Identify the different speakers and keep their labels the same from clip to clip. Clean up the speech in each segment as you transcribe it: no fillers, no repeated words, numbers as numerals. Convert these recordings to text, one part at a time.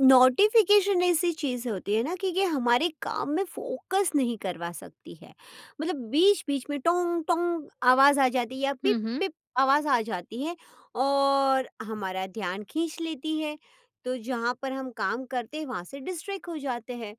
Speaker 1: Notification ऐसी चीज़ होती है ना कि ये हमारे काम में फोकस नहीं करवा सकती है। मतलब बीच-बीच में टोंग टोंग आवाज़ आ जाती है या
Speaker 2: हुँ,
Speaker 1: पिप
Speaker 2: हुँ।
Speaker 1: पिप आवाज़ आ जाती है और हमारा ध्यान खींच लेती है। तो जहाँ पर हम काम करते हैं वहाँ से डिस्ट्रैक्ट हो जाते हैं।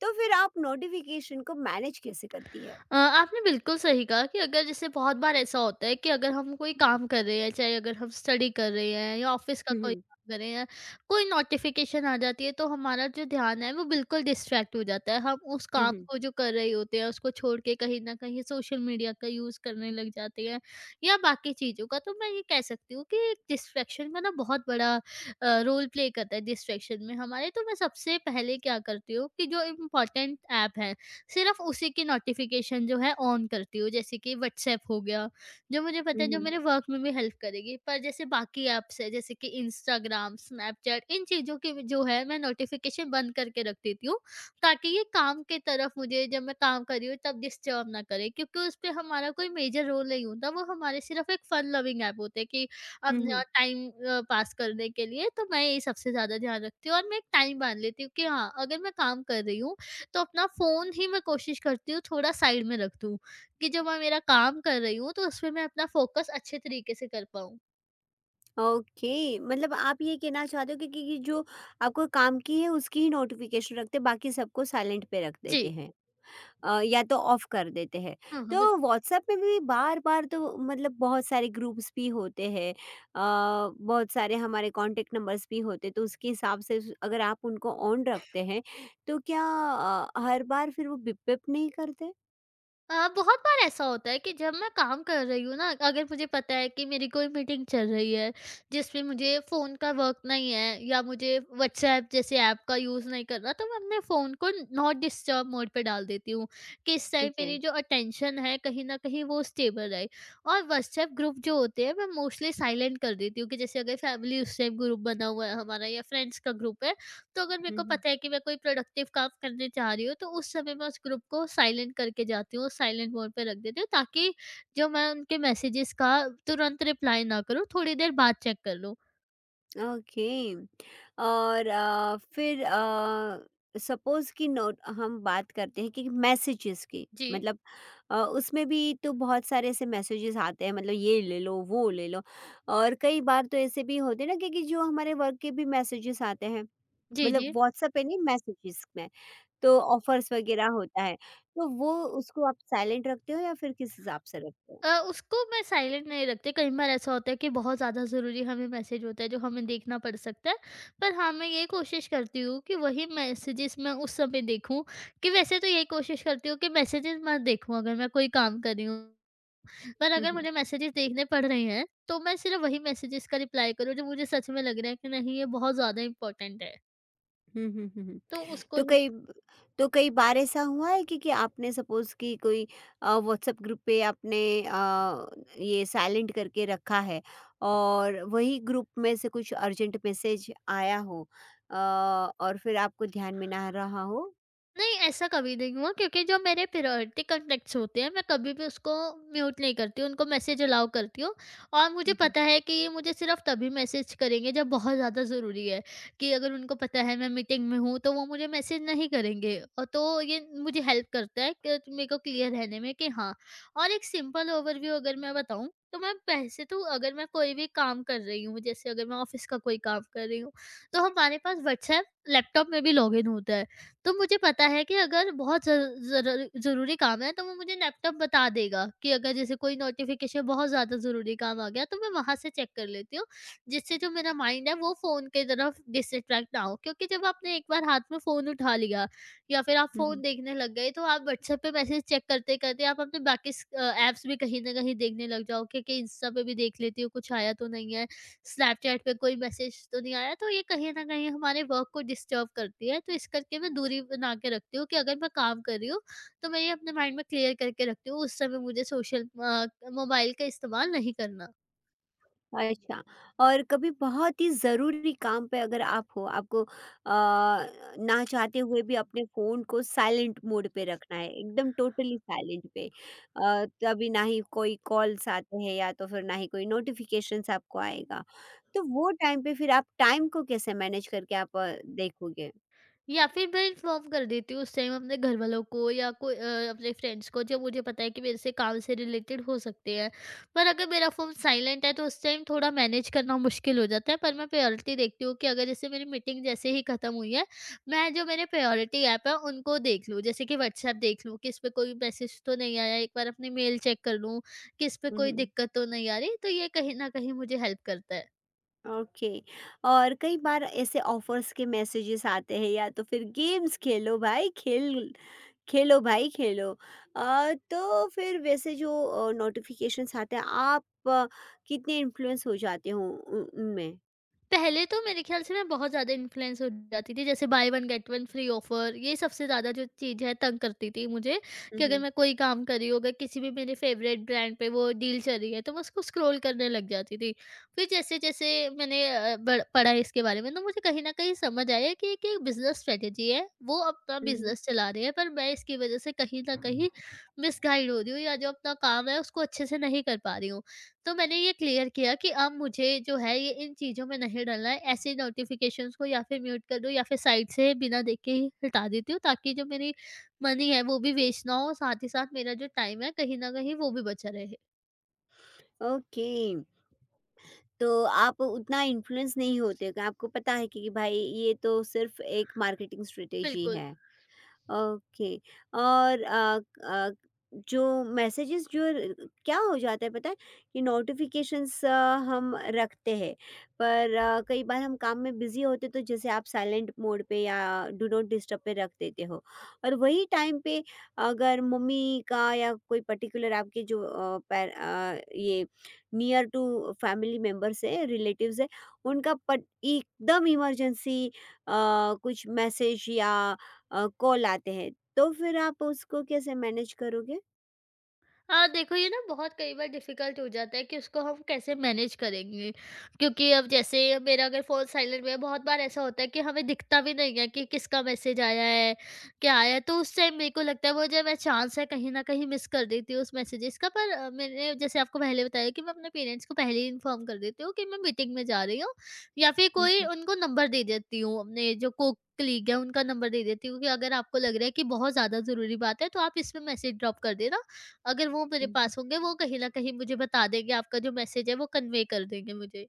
Speaker 1: तो फिर आप नोटिफिकेशन को मैनेज कैसे करती है?
Speaker 2: आपने बिल्कुल सही कहा कि अगर जैसे बहुत बार ऐसा होता है कि अगर हम कोई काम कर रहे हैं, चाहे अगर हम स्टडी कर रहे हैं या ऑफ़िस का
Speaker 1: हुँ,
Speaker 2: कोई
Speaker 1: हुँ,
Speaker 2: काम कर रहे हैं, कोई नोटिफ़िकेशन आ जाती है तो हमारा जो ध्यान है वो बिल्कुल डिस्ट्रैक्ट हो जाता है। हम उस
Speaker 1: हुँ, हुँ,
Speaker 2: काम
Speaker 1: हुँ, हुँ,
Speaker 2: को जो कर रहे होते हैं उसको छोड़ के कहीं न कहीं सोशल मीडिया का यूज़ करने लग जाते हैं या बाकी चीज़ों का। तो मैं ये कह सकती हूँ कि डिस्ट्रैक्शन का ना बहुत बड़ा रोल प्ले करता है डिस्ट्रैक्शन में हमारे। तो मैं सबसे पहले क्या करती हूँ कि जो इम्पोर्टेंट ऐप हैं, सिर्फ़ उसी की नोटिफ़िकेशन जो है ऑन करती हूँ, जैसे कि व्हाट्सऐप हो गया, जो मुझे पता है जो हुँ। मेरे वर्क में भी हेल्प करेगी। पर जैसे बाकी ऐप्स हैं, जैसे कि इंस्टाग्राम, स्नैपचैट, इन चीज़ों की जो है मैं नोटिफ़िकेशन बंद करके रख देती हूँ, ताकि ये काम की तरफ मुझे, जब मैं काम कर रही हूँ, तब डिस्टर्ब ना करे, क्योंकि उस पे हमारा कोई मेजर रोल नहीं होता, वो हमारे सिर्फ़ एक फन लविंग ऐप होते हैं कि
Speaker 1: हुँ,
Speaker 2: अपना
Speaker 1: हुँ।
Speaker 2: टाइम पास करने के लिए। तो मैं ये सबसे ज़्यादा ध्यान रखती हूँ, और मैं एक टाइम बाँध लेती हूँ कि हाँ, अगर मैं काम कर रही हूँ तो अपना फ़ोन ही मैं कोशिश करती हूँ थोड़ा साइड में रख दूँ, कि जब मैं मेरा काम कर रही हूँ तो उसमें मैं अपना फ़ोकस अच्छे तरीके से कर पाऊँ।
Speaker 1: ओके मतलब आप ये कहना चाहते हो कि जो आपको काम की है उसकी ही नोटिफिकेशन रखते हैं बाकी सबको साइलेंट पे रख
Speaker 2: जी।
Speaker 1: देते हैं या तो ऑफ कर देते हैं।
Speaker 2: हाँ, हाँ, बिल्कुल।
Speaker 1: तो व्हाट्सएप में भी बार बार तो मतलब बहुत सारे ग्रुप्स भी होते हैं बहुत सारे हमारे कांटेक्ट नंबर्स भी होते हैं तो उसके हिसाब से अगर आप उनको ऑन रखते हैं तो क्या हर बार फिर वो बिप बिप नहीं करते।
Speaker 2: बहुत बार ऐसा होता है कि जब मैं काम कर रही हूँ ना, अगर मुझे पता है कि मेरी कोई मीटिंग चल रही है जिसमें मुझे फ़ोन का वर्क नहीं है, या मुझे व्हाट्सएप जैसे ऐप का यूज़ नहीं करना, तो मैं अपने फ़ोन को नॉट डिस्टर्ब मोड पे डाल देती हूँ, कि इस टाइम
Speaker 1: ओके
Speaker 2: मेरी जो अटेंशन है कहीं ना कहीं वो स्टेबल रहे। और व्हाट्सएप ग्रुप जो होते हैं, मैं मोस्टली साइलेंट कर देती हूँ कि जैसे अगर फैमिली उस टाइम ग्रुप बना हुआ है हमारा, या फ्रेंड्स का ग्रुप है, तो अगर मेरे को पता है कि मैं कोई प्रोडक्टिव काम करने जा रही हूँ, तो उस समय मैं उस ग्रुप को साइलेंट करके जाती हूँ, साइलेंट मोड पे रख देती हूँ, ताकि जो मैं उनके मैसेजेस का तुरंत रिप्लाई ना करूँ, थोड़ी देर बाद चेक कर लूँ।
Speaker 1: ओके। और फिर सपोज कि नोट हम बात करते हैं कि मैसेजेस की।
Speaker 2: जी।
Speaker 1: मतलब उसमें भी तो बहुत सारे ऐसे मैसेजेस आते हैं, मतलब ये ले लो वो ले लो। और कई बार तो ऐसे भी होते हैं ना कि जो हमारे वर्क के भी मैसेजेस आते हैं,
Speaker 2: जी,
Speaker 1: मतलब
Speaker 2: जी।
Speaker 1: व्हाट्सएप पे नहीं मैसेजेस में। तो ऑफर्स वगैरह होता है तो वो उसको आप साइलेंट रखते हो या फिर किस हिसाब से रखते हो?
Speaker 2: उसको मैं साइलेंट नहीं रखती, कई बार ऐसा होता है कि बहुत ज़्यादा ज़रूरी हमें मैसेज होता है जो हमें देखना पड़ सकता है, पर हाँ, मैं ये कोशिश करती हूँ कि वही मैसेजेस मैं उस समय देखूँ, कि वैसे तो यही कोशिश करती हूँ कि मैसेजेस मत देखूँ अगर मैं कोई काम कर रही हूँ। पर
Speaker 1: हम्म
Speaker 2: अगर
Speaker 1: हम्म
Speaker 2: मुझे मैसेजेस देखने पड़ रहे हैं, तो मैं सिर्फ़ वही मैसेजेस का रिप्लाई करूँ जो मुझे सच में लग रहा है कि नहीं, ये बहुत ज़्यादा इम्पोर्टेंट है,
Speaker 1: हम्म हम्म हम्म।
Speaker 2: तो उसको
Speaker 1: तो
Speaker 2: ही।
Speaker 1: कई तो कई बार ऐसा हुआ है कि आपने सपोज़ कि कोई व्हाट्सएप ग्रुप पे आपने ये साइलेंट करके रखा है और वही ग्रुप में से कुछ अर्जेंट मैसेज आया हो, अ, और फिर आपको ध्यान में ना रहा हो?
Speaker 2: नहीं, ऐसा कभी नहीं हुआ, क्योंकि जो मेरे प्रायोरिटी कॉन्टैक्ट्स होते हैं, मैं कभी भी उसको म्यूट नहीं करती हूँ, उनको मैसेज अलाउ करती हूँ, और मुझे
Speaker 1: हुँ, हुँ।
Speaker 2: पता है कि ये मुझे सिर्फ़ तभी मैसेज करेंगे जब बहुत ज़्यादा ज़रूरी है, कि अगर उनको पता है मैं मीटिंग में हूँ, तो वो मुझे मैसेज नहीं करेंगे, और तो ये मुझे हेल्प करता है कि मेरे को क्लियर रहने में कि हाँ। और एक सिंपल ओवरव्यू अगर मैं बताऊँ, तो मैं वैसे तो अगर मैं कोई भी काम कर रही हूँ, जैसे अगर मैं ऑफ़िस का कोई काम कर रही हूँ, तो हमारे पास व्हाट्सऐप लैपटॉप में भी लॉगिन होता है। तो मुझे पता है कि अगर बहुत ज़रू ज़रू ज़रूरी काम है तो वो मुझे लैपटॉप बता देगा, कि अगर जैसे कोई नोटिफ़िकेशन बहुत ज़्यादा ज़रूरी काम आ गया तो मैं वहाँ से चेक कर लेती हूँ। जिससे जो मेरा माइंड है वो फ़ोन की तरफ डिसट्रैक्ट ना हो, क्योंकि जब आपने एक बार हाथ में फ़ोन उठा लिया, या फिर आप
Speaker 1: हुँ,
Speaker 2: फ़ोन
Speaker 1: हुँ।
Speaker 2: देखने लग गए, तो आप व्हाट्सएप पे मैसेज चेक करते-करते आप अपने बाकी ऐप्स भी कहीं न कहीं देखने लग जाओ, क्योंकि इंस्टा पे भी देख लेती हूँ कुछ आया तो नहीं है। स्नैपचैट पे कोई मैसेज तो नहीं आया, तो ये कहीं न कहीं हमारे वर्क को डिस्टर्ब करती है। तो इस करके मैं दूरी बना के रखती हूँ कि अगर मैं काम कर रही हूँ, तो मैं ये अपने माइंड में क्लियर करके रखती हूँ, उस समय मुझे मोबाइल का इस्तेमाल नहीं करना।
Speaker 1: अच्छा। और कभी बहुत ही ज़रूरी काम पे अगर आप हो, आपको ना चाहते हुए भी अपने फ़ोन को साइलेंट मोड पे रखना है, एकदम टोटली साइलेंट पे, तभी ना ही कोई कॉल्स आते हैं या तो फिर ना ही कोई नोटिफिकेशंस आपको आएगा, तो वो टाइम पे फिर आप टाइम को कैसे मैनेज करके आप देखोगे?
Speaker 2: या फिर मैं इन्फॉर्म कर देती हूँ उस टाइम अपने घर वालों को, या कोई अपने फ्रेंड्स को जो मुझे पता है कि मेरे से काम से रिलेटेड हो सकते हैं। पर अगर मेरा फ़ोन साइलेंट है तो उस टाइम थोड़ा मैनेज करना मुश्किल हो जाता है, पर मैं प्रायोरिटी देखती हूँ कि अगर जैसे मेरी मीटिंग जैसे ही ख़त्म हुई है, मैं जो मेरे प्रायोरिटी ऐप है उनको देख लूँ, जैसे कि व्हाट्सएप देख लूँ कि इस पर कोई मैसेज तो नहीं आया, एक बार अपनी मेल चेक कर लूँ कि इस पर कोई
Speaker 1: हम्म।
Speaker 2: दिक्कत तो नहीं आ रही, तो ये कहीं ना कहीं मुझे हेल्प करता है।
Speaker 1: ओके। और कई बार ऐसे ऑफर्स के मैसेजेस आते हैं, या तो फिर गेम्स खेलो भाई खेलो भाई खेलो। तो फिर वैसे जो नोटिफिकेशंस आते हैं आप कितने इन्फ्लुएंस हो जाते हो उनमें?
Speaker 2: पहले तो मेरे ख़्याल से मैं बहुत ज़्यादा इन्फ्लुएंस हो जाती थी, जैसे buy one get one free offer, ये सबसे ज़्यादा जो चीज़ है तंग करती थी मुझे, कि अगर
Speaker 1: हम्म,
Speaker 2: मैं कोई काम कर रही हूँ, अगर किसी भी मेरे फ़ेवरेट ब्रांड पे वो डील चल रही है, तो मैं उसको स्क्रॉल करने लग जाती थी। फिर जैसे-जैसे मैंने अ, बड़ पढ़ा इसके बारे में, तो मुझे कहीं न कहीं समझ आया कि एक ये बिज़नेस स्ट्रैटेजी है, वो अपना
Speaker 1: हम्म,
Speaker 2: बिज़नेस चला रहे हैं, पर मैं इसकी वज़ह से कहीं न कहीं मिसगाइड हो रही हूँ, या जो अपना काम है, उसको अच्छे से नहीं कर पा रही हूँ। तो मैंने ये क्लियर किया कि अब मुझे जो है ये इन चीज़ों में नहीं डलना है। ऐसे नोटिफ़िकेशंस को या फिर म्यूट कर दूँ, या फिर साइट से बिना देखे ही हटा देती हूँ, ताकि जो मेरी मनी है वो भी वेस्ट ना हो, साथ ही साथ मेरा जो टाइम है कहीं न कहीं वो भी बचा रहे।
Speaker 1: ओके। तो आप उतना इन्फ्लुएंस नहीं होते कि आपको पता है कि भाई ये तो सिर्फ एक मार्केटिंग स्ट्रेटेजी
Speaker 2: बिल्कुल।
Speaker 1: है। ओके। और अ, जो मैसेजेस जो क्या हो जाता है पता है कि नोटिफिकेशंस हम रखते हैं, पर कई बार हम काम में बिजी होते तो जैसे आप साइलेंट मोड पे या डू नॉट डिस्टर्ब पे रख देते हो, और वही टाइम पे अगर मम्मी का या कोई पर्टिकुलर आपके जो ये नियर टू फैमिली मेम्बर्स है, रिलेटिव्स है, उनका पट एकदम इमरजेंसी कुछ मैसेज या कॉल आते हैं तो फिर आप उसको कैसे मैनेज करोगे?
Speaker 2: हाँ, देखो, ये ना बहुत कई बार डिफ़िकल्ट हो जाता है कि उसको हम कैसे मैनेज करेंगे। क्योंकि अब जैसे मेरा अगर फ़ोन साइलेंट में है, बहुत बार ऐसा होता है कि हमें दिखता भी नहीं है कि किसका मैसेज आया है, क्या आया है। तो उस टाइम मेरे को लगता है वो जो मैं चांस है कहीं न कहीं मिस कर देती हूँ उस मैसेजेस का। पर मैंने जैसे आपको पहले बताया कि मैं अपने पेरेंट्स को पहले ही इन्फॉर्म कर देती हूँ कि मैं मीटिंग में जा रही हूँ, या फिर
Speaker 1: हुँ,
Speaker 2: कोई
Speaker 1: हुँ,
Speaker 2: उनको नंबर दे देती हूँ अपने जो को कलीग है, उनका नंबर दे देती हूँ कि अगर आपको लग रहा है कि बहुत ज़्यादा ज़रूरी बात है, तो आप इसमें मैसेज ड्रॉप कर देना। अगर वो मेरे
Speaker 1: हुँ, हुँ।
Speaker 2: पास होंगे, वो कहीं न कहीं मुझे बता देंगे, आपका जो मैसेज है वो कन्वे कर देंगे मुझे।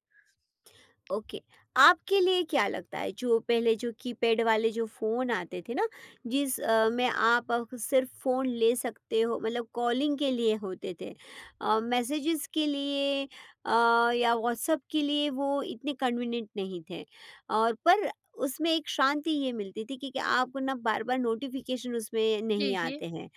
Speaker 1: ओके, आपके लिए क्या लगता है जो पहले जो कीपैड वाले जो फ़ोन आते थे ना जिस में आप सिर्फ़ फ़ोन ले सकते हो, मतलब कॉलिंग के लिए होते थे। मैसेजेस के लिए, या व्हाट्सएप के लिए वो इतने कन्वीनिएंट नहीं थे, और पर उसमें एक शांति ये मिलती थी कि आपको ना बार-बार नोटिफ़िकेशन उसमें
Speaker 2: जी,
Speaker 1: नहीं
Speaker 2: जी।
Speaker 1: आते हैं।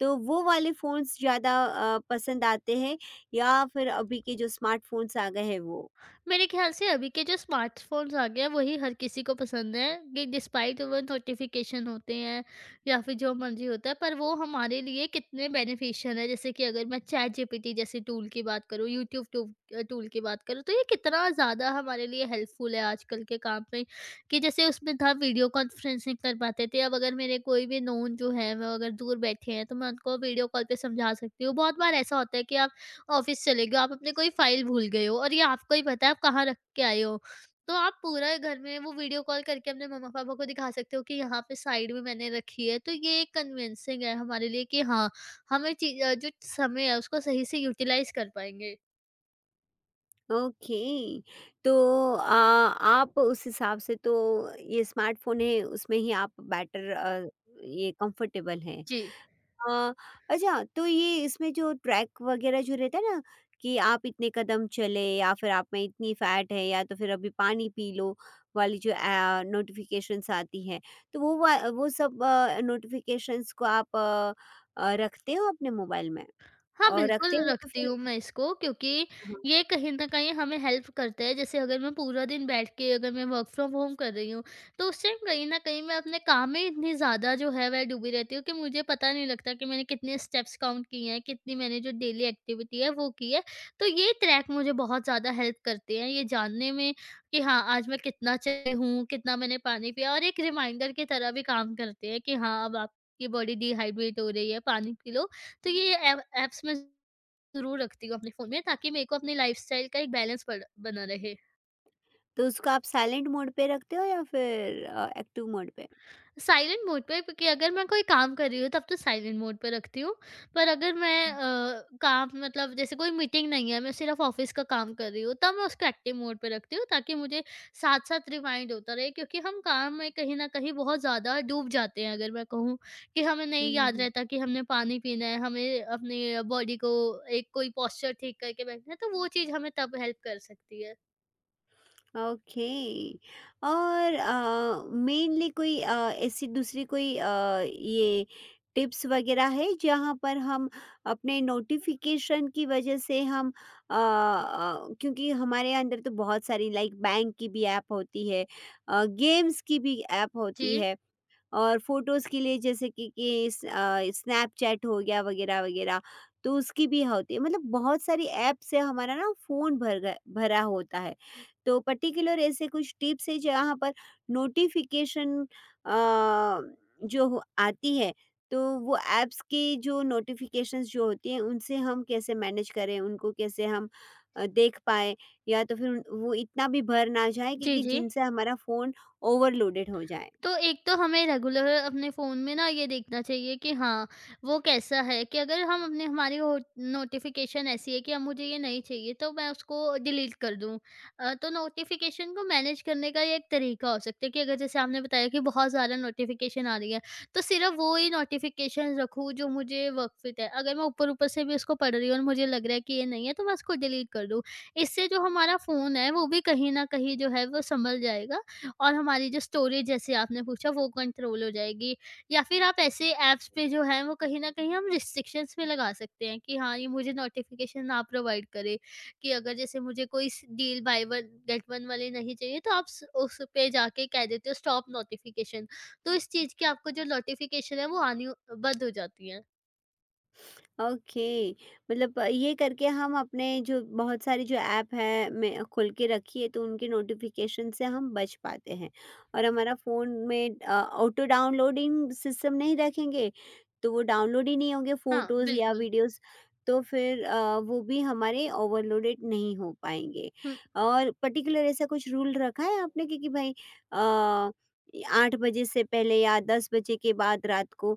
Speaker 1: तो वो वाले फ़ोन्स ज़्यादा पसंद आते हैं, या फिर अभी के जो स्मार्टफ़ोन्स आ गए हैं वो?
Speaker 2: मेरे ख़्याल से अभी के जो स्मार्टफ़ोन्स आ गए हैं वही हर किसी को पसंद है, कि डिस्पाइट वो नोटिफ़िकेशन होते हैं या फिर जो मर्ज़ी होता है, पर वो हमारे लिए कितने बेनिफिशियल है। जैसे कि अगर मैं चैट जीपीटी जैसे टूल की बात करूँ, यूट्यूब टूल की बात करूँ, तो ये कितना ज़्यादा हमारे लिए हेल्पफुल है आजकल के काम में, कि जैसे उसमें था वीडियो कॉन्फ्रेंसिंग कर पाते थे। अब अगर मेरे कोई भी नोन जो है वो अगर दूर बैठे हैं, तो मैं उनको वीडियो कॉल पे समझा सकती हूँ। बहुत बार ऐसा होता है कि आप ऑफिस चले गए हो, आप अपने कोई फ़ाइल भूल गए हो, और ये आपको ही पता है आप कहाँ रख के आए हो। तो आप पूरा घर में वो वीडियो कॉल करके अपने मम्मा-पापा को दिखा सकते हो कि यहाँ पे साइड में मैंने रखी है। तो ये एक कन्विंसिंग है हमारे लिए कि हाँ, हमें जो समय है उसको सही से यूटिलाइज़ कर पाएँगे।
Speaker 1: ओके। तो आप उस हिसाब से तो ये स्मार्टफ़ोन है उसमें ही आप बेटर ये कंफ़र्टेबल हैं।
Speaker 2: जी।
Speaker 1: अ, अच्छा, तो ये इसमें जो ट्रैक वगैरह जो रहता है ना कि आप इतने कदम चले या फिर आप में इतनी फैट है या तो फिर अभी पानी पी लो वाली जो नोटिफिकेशंस आती है, तो वो वो सब नोटिफिकेशंस को आप रखते हो अपने मोबाइल में
Speaker 2: हाँ,
Speaker 1: और रखते
Speaker 2: बिल्कुल
Speaker 1: हो तो
Speaker 2: रखती
Speaker 1: फिर?
Speaker 2: हूँ मैं इसको, क्योंकि
Speaker 1: हाँ।
Speaker 2: ये कहीं न कहीं हमें हेल्प करता है, जैसे अगर मैं पूरा दिन बैठ के अगर मैं वर्क फ्रॉम होम कर रही हूँ, तो उस टाइम कहीं न कहीं मैं अपने काम में इतनी ज़्यादा जो है वह डूबी रहती हूँ कि मुझे पता नहीं लगता कि मैंने कितने स्टेप्स काउंट किए हैं, कितनी मैंने जो डेली एक्टिविटी है वो की है। तो ये ट्रैक मुझे बहुत ज़्यादा हेल्प करते हैं, ये जानने में कि हाँ, आज मैं कितना चली हूँ, कितना मैंने पानी पिया, और एक रिमाइंडर की तरह भी काम करते हैं कि हाँ, अब आपकी बॉडी डिहाइड्रेट हो रही है, पानी पी लो। तो ये ऐप ऐप्स मैं ज़रूर रखती हूँ अपने फ़ोन में, ताकि मेरे को अपनी लाइफ़स्टाइल का एक बैलेंस पड़ बना रहे।
Speaker 1: तो उसको आप साइलेंट मोड पे रखते हो या फिर एक्टिव मोड पे?
Speaker 2: साइलेंट मोड पे, क्योंकि अगर मैं कोई काम कर रही हूँ, तब तो साइलेंट मोड पे रखती हूँ। पर अगर मैं
Speaker 1: हम्म।
Speaker 2: काम मतलब जैसे कोई मीटिंग नहीं है, मैं सिर्फ़ ऑफ़िस का काम कर रही हूँ, तब मैं उसको एक्टिव मोड पे रखती हूँ ताकि मुझे साथ-साथ रिमाइंड होता रहे, क्योंकि हम काम में कहीं न कहीं बहुत ज़्यादा डूब जाते हैं। अगर मैं कहूँ कि हमें नहीं
Speaker 1: हम्म,
Speaker 2: याद
Speaker 1: हम्म।
Speaker 2: रहता कि हमने पानी पीना है, हमें अपने बॉडी को एक कोई पोस्चर ठीक करके बैठना है, तो वो चीज़ हमें तब हेल्प कर सकती है।
Speaker 1: ओके। और मेनली कोई ऐसी दूसरी कोई ये टिप्स वगैरह है जहाँ पर हम अपने नोटिफिकेशन की वजह से हम क्योंकि हमारे अंदर तो बहुत सारी लाइक बैंक की भी ऐप होती है, गेम्स की भी ऐप होती
Speaker 2: जी।
Speaker 1: है, और फ़ोटोज़ के लिए जैसे कि स्नैपचैट हो गया वगैरह, वगैरह, तो उसकी भी होती है। मतलब बहुत सारी ऐप से हमारा ना फ़ोन भर गए भरा होता है। तो पर्टिकुलर ऐसे कुछ टिप्स है जहाँ पर नोटिफ़िकेशन अ, जो हो आती है, तो वो ऐप्स की जो नोटिफ़िकेशंस जो होती हैं उनसे हम कैसे मैनेज करें, उनको कैसे हम देख पाएँ, या तो फिर वो इतना भी भर ना जाए कि
Speaker 2: जी,
Speaker 1: कि
Speaker 2: जी।
Speaker 1: जिनसे हमारा फ़ोन ओवरलोडेड हो जाए?
Speaker 2: तो एक तो हमें रेगुलर अपने फ़ोन में ना ये देखना चाहिए कि हाँ, वो कैसा है कि अगर हम अपने हमारी हो नोटिफ़िकेशन ऐसी है कि अब मुझे ये नहीं चाहिए, तो मैं उसको डिलीट कर दूँ। तो नोटिफ़िकेशन को मैनेज करने का ये एक तरीका हो सकता है कि अगर जैसे आपने बताया कि बहुत ज़्यादा नोटिफ़िकेशन आ रही है, तो सिर्फ़ वो ही नोटिफ़िकेशन रखूँ जो मुझे वर्क फ़िट है। अगर मैं ऊपर-ऊपर से भी उसको पढ़ रही हूँ और मुझे लग रहा है कि ये नहीं है, तो मैं उसको डिलीट कर दूँ। इससे जो हमारा फ़ोन है वो भी कहीं न कहीं जो है वो सँभल जाएगा और हमारी जो स्टोरेज जैसे आपने पूछा वो कंट्रोल हो जाएगी। या फिर आप ऐसे ऐप्स पे जो हैं वो कहीं न कहीं हम रिस्ट्रिक्शंस भी लगा सकते हैं कि हाँ, ये मुझे नोटिफ़िकेशन ना प्रोवाइड करे, कि अगर जैसे मुझे कोई स deal buy one get one वाली नहीं चाहिए, तो आप स उस पे जाके कह देते हो स्टॉप नोटिफ़िकेशन। तो इस चीज़ की आपको जो नोटिफ़िकेशन है वो आनी बंद हो जाती है।
Speaker 1: ओके, मतलब ये करके हम अपने जो बहुत सारी जो ऐप है मैं खोल के रखी है तो उनके नोटिफिकेशन से हम बच पाते हैं, और हमारा फ़ोन में ऑटो डाउनलोडिंग सिस्टम नहीं रखेंगे तो वो डाउनलोड ही नहीं होंगे
Speaker 2: हाँ,
Speaker 1: फ़ोटोज़ या
Speaker 2: बिल्कुल।
Speaker 1: वीडियोज़, तो फिर वो भी हमारे ओवरलोडेड नहीं हो पाएंगे।
Speaker 2: हुँ,
Speaker 1: और पर्टिकुलर ऐसा कुछ रूल रखा है आपने कि भाई अ, 8 बजे से पहले या 10 बजे के बाद रात को,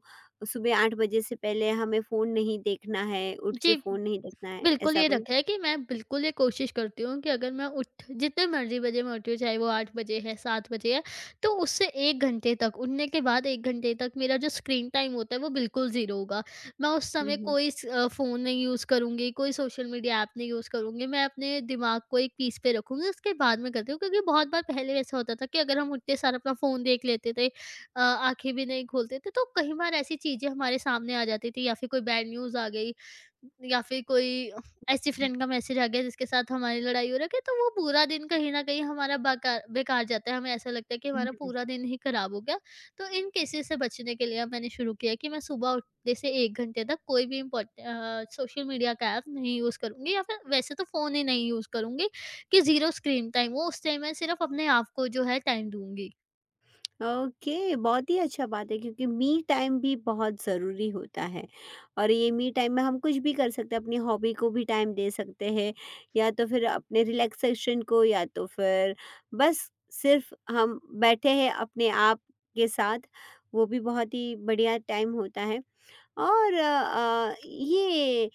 Speaker 1: सुबह 8 बजे से पहले हमें फ़ोन नहीं देखना है, उठ के
Speaker 2: जी।
Speaker 1: फ़ोन नहीं देखना है,
Speaker 2: बिल्कुल,
Speaker 1: ऐसा
Speaker 2: ये
Speaker 1: कोई?
Speaker 2: रखा है कि मैं बिल्कुल ये कोशिश करती हूँ कि अगर मैं उठ जितने मर्ज़ी बजे मैं उठी हूँ, चाहे वो 8 बजे है, 7 बजे है, तो उससे 1 घंटे तक, उठने के बाद 1 घंटे तक मेरा जो स्क्रीन टाइम होता है, वो बिल्कुल ज़ीरो होगा। मैं उस
Speaker 1: हुँ,
Speaker 2: समय
Speaker 1: हुँ,
Speaker 2: कोई फ़ोन नहीं यूज़ करूँगी, कोई सोशल मीडिया ऐप नहीं यूज़ करूँगी, मैं अपने दिमाग को एक पीस पे रखूँगी, उसके बाद मैं करती हूँ। क्योंकि बहुत बार पहले ऐसा होता था कि अगर हम उठते सार अपना फ़ोन देख लेते थे, आँखें भी नहीं खोलते थे, तो कई बार ऐसी चीज़ें हमारे सामने आ जाती थी या फिर कोई बैड न्यूज़ आ गई या फिर कोई ऐसी
Speaker 1: हुँ।
Speaker 2: फ्रेंड का मैसेज आ गया जिसके साथ हमारी लड़ाई हो रखी है, तो वो पूरा दिन कहीं न कहीं हमारा बाकार बेकार जाता है, हमें ऐसा लगता है कि हमारा
Speaker 1: हुँ।
Speaker 2: पूरा दिन ही खराब हो गया। तो इन केसेज़ से बचने के लिए मैंने शुरू किया कि मैं सुबह उठने से 1 घंटे तक कोई भी सोशल मीडिया का ऐप नहीं यूज़ करूँगी या फिर वैसे तो फ़ोन ही नहीं यूज़ करूँगी, कि ज़ीरो स्क्रीन टाइम हो, उस टाइम मैं सिर्फ़ अपने आप को जो है टाइम दूँगी।
Speaker 1: ओके, बहुत ही अच्छा बात है क्योंकि मी टाइम भी बहुत ज़रूरी होता है, और ये मी टाइम में हम कुछ भी कर सकते हैं, अपनी हॉबी को भी टाइम दे सकते हैं, या तो फिर अपने रिलैक्सेशन को, या तो फिर बस सिर्फ़ हम बैठे हैं अपने आप के साथ, वो भी बहुत ही बढ़िया टाइम होता है। और ये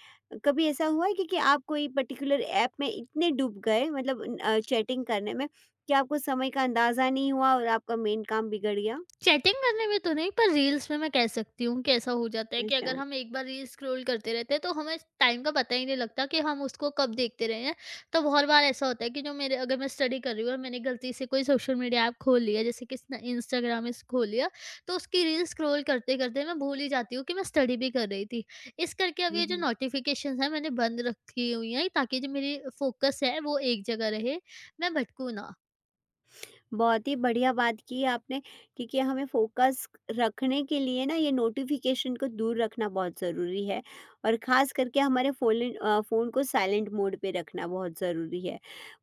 Speaker 1: कभी ऐसा हुआ है कि आप कोई पर्टिकुलर ऐप में इतने डूब गए, मतलब चैटिंग करने में, कि आपको समय का अंदाज़ा नहीं हुआ और आपका मेन काम बिगड़ गया?
Speaker 2: चैटिंग करने में तो नहीं, पर रील्स में मैं कह सकती हूँ कि ऐसा हो जाता है कि
Speaker 1: अच्छा।
Speaker 2: अगर हम एक बार रील्स स्क्रॉल करते रहते हैं, तो हमें टाइम का पता ही नहीं लगता कि हम उसको कब देखते रहे हैं। तो बहुत बार ऐसा होता है कि जो मेरे अगर मैं स्टडी कर रही हूँ और मैंने गलती से कोई सोशल मीडिया ऐप खोल लिया, जैसे कि इंस्टाग्राम इस खोल लिया, तो उसकी रील्स स्क्रॉल करते करते मैं भूल ही जाती हूँ कि मैं स्टडी भी कर रही थी। इस करके अब
Speaker 1: हुँ,
Speaker 2: ये जो
Speaker 1: हुँ।
Speaker 2: नोटिफिकेशन है मैंने बंद रखी हुई हैं, ताकि जो मेरी फोकस है वो एक जगह रहे, मैं भटकू ना।
Speaker 1: बहुत ही बढ़िया बात की है आपने, क्योंकि हमें फोकस रखने के लिए ना ये नोटिफिकेशन को दूर रखना बहुत ज़रूरी है, और ख़ास करके हमारे फ़ोन फ़ोन को साइलेंट मोड पे रखना बहुत ज़रूरी है।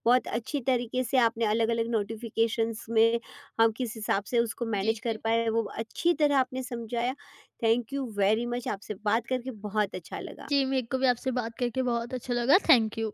Speaker 1: बहुत अच्छी तरीके से आपने अलग-अलग नोटिफिकेशंस में हम किस हिसाब से उसको
Speaker 2: जी
Speaker 1: मैनेज कर
Speaker 2: जी।
Speaker 1: पाए वो अच्छी तरह आपने समझाया। थैंक यू वेरी मच, आपसे बात करके बहुत अच्छा
Speaker 2: जी,
Speaker 1: लगा।
Speaker 2: मेरे को भी आपसे बात करके बहुत अच्छा लगा। Thank you.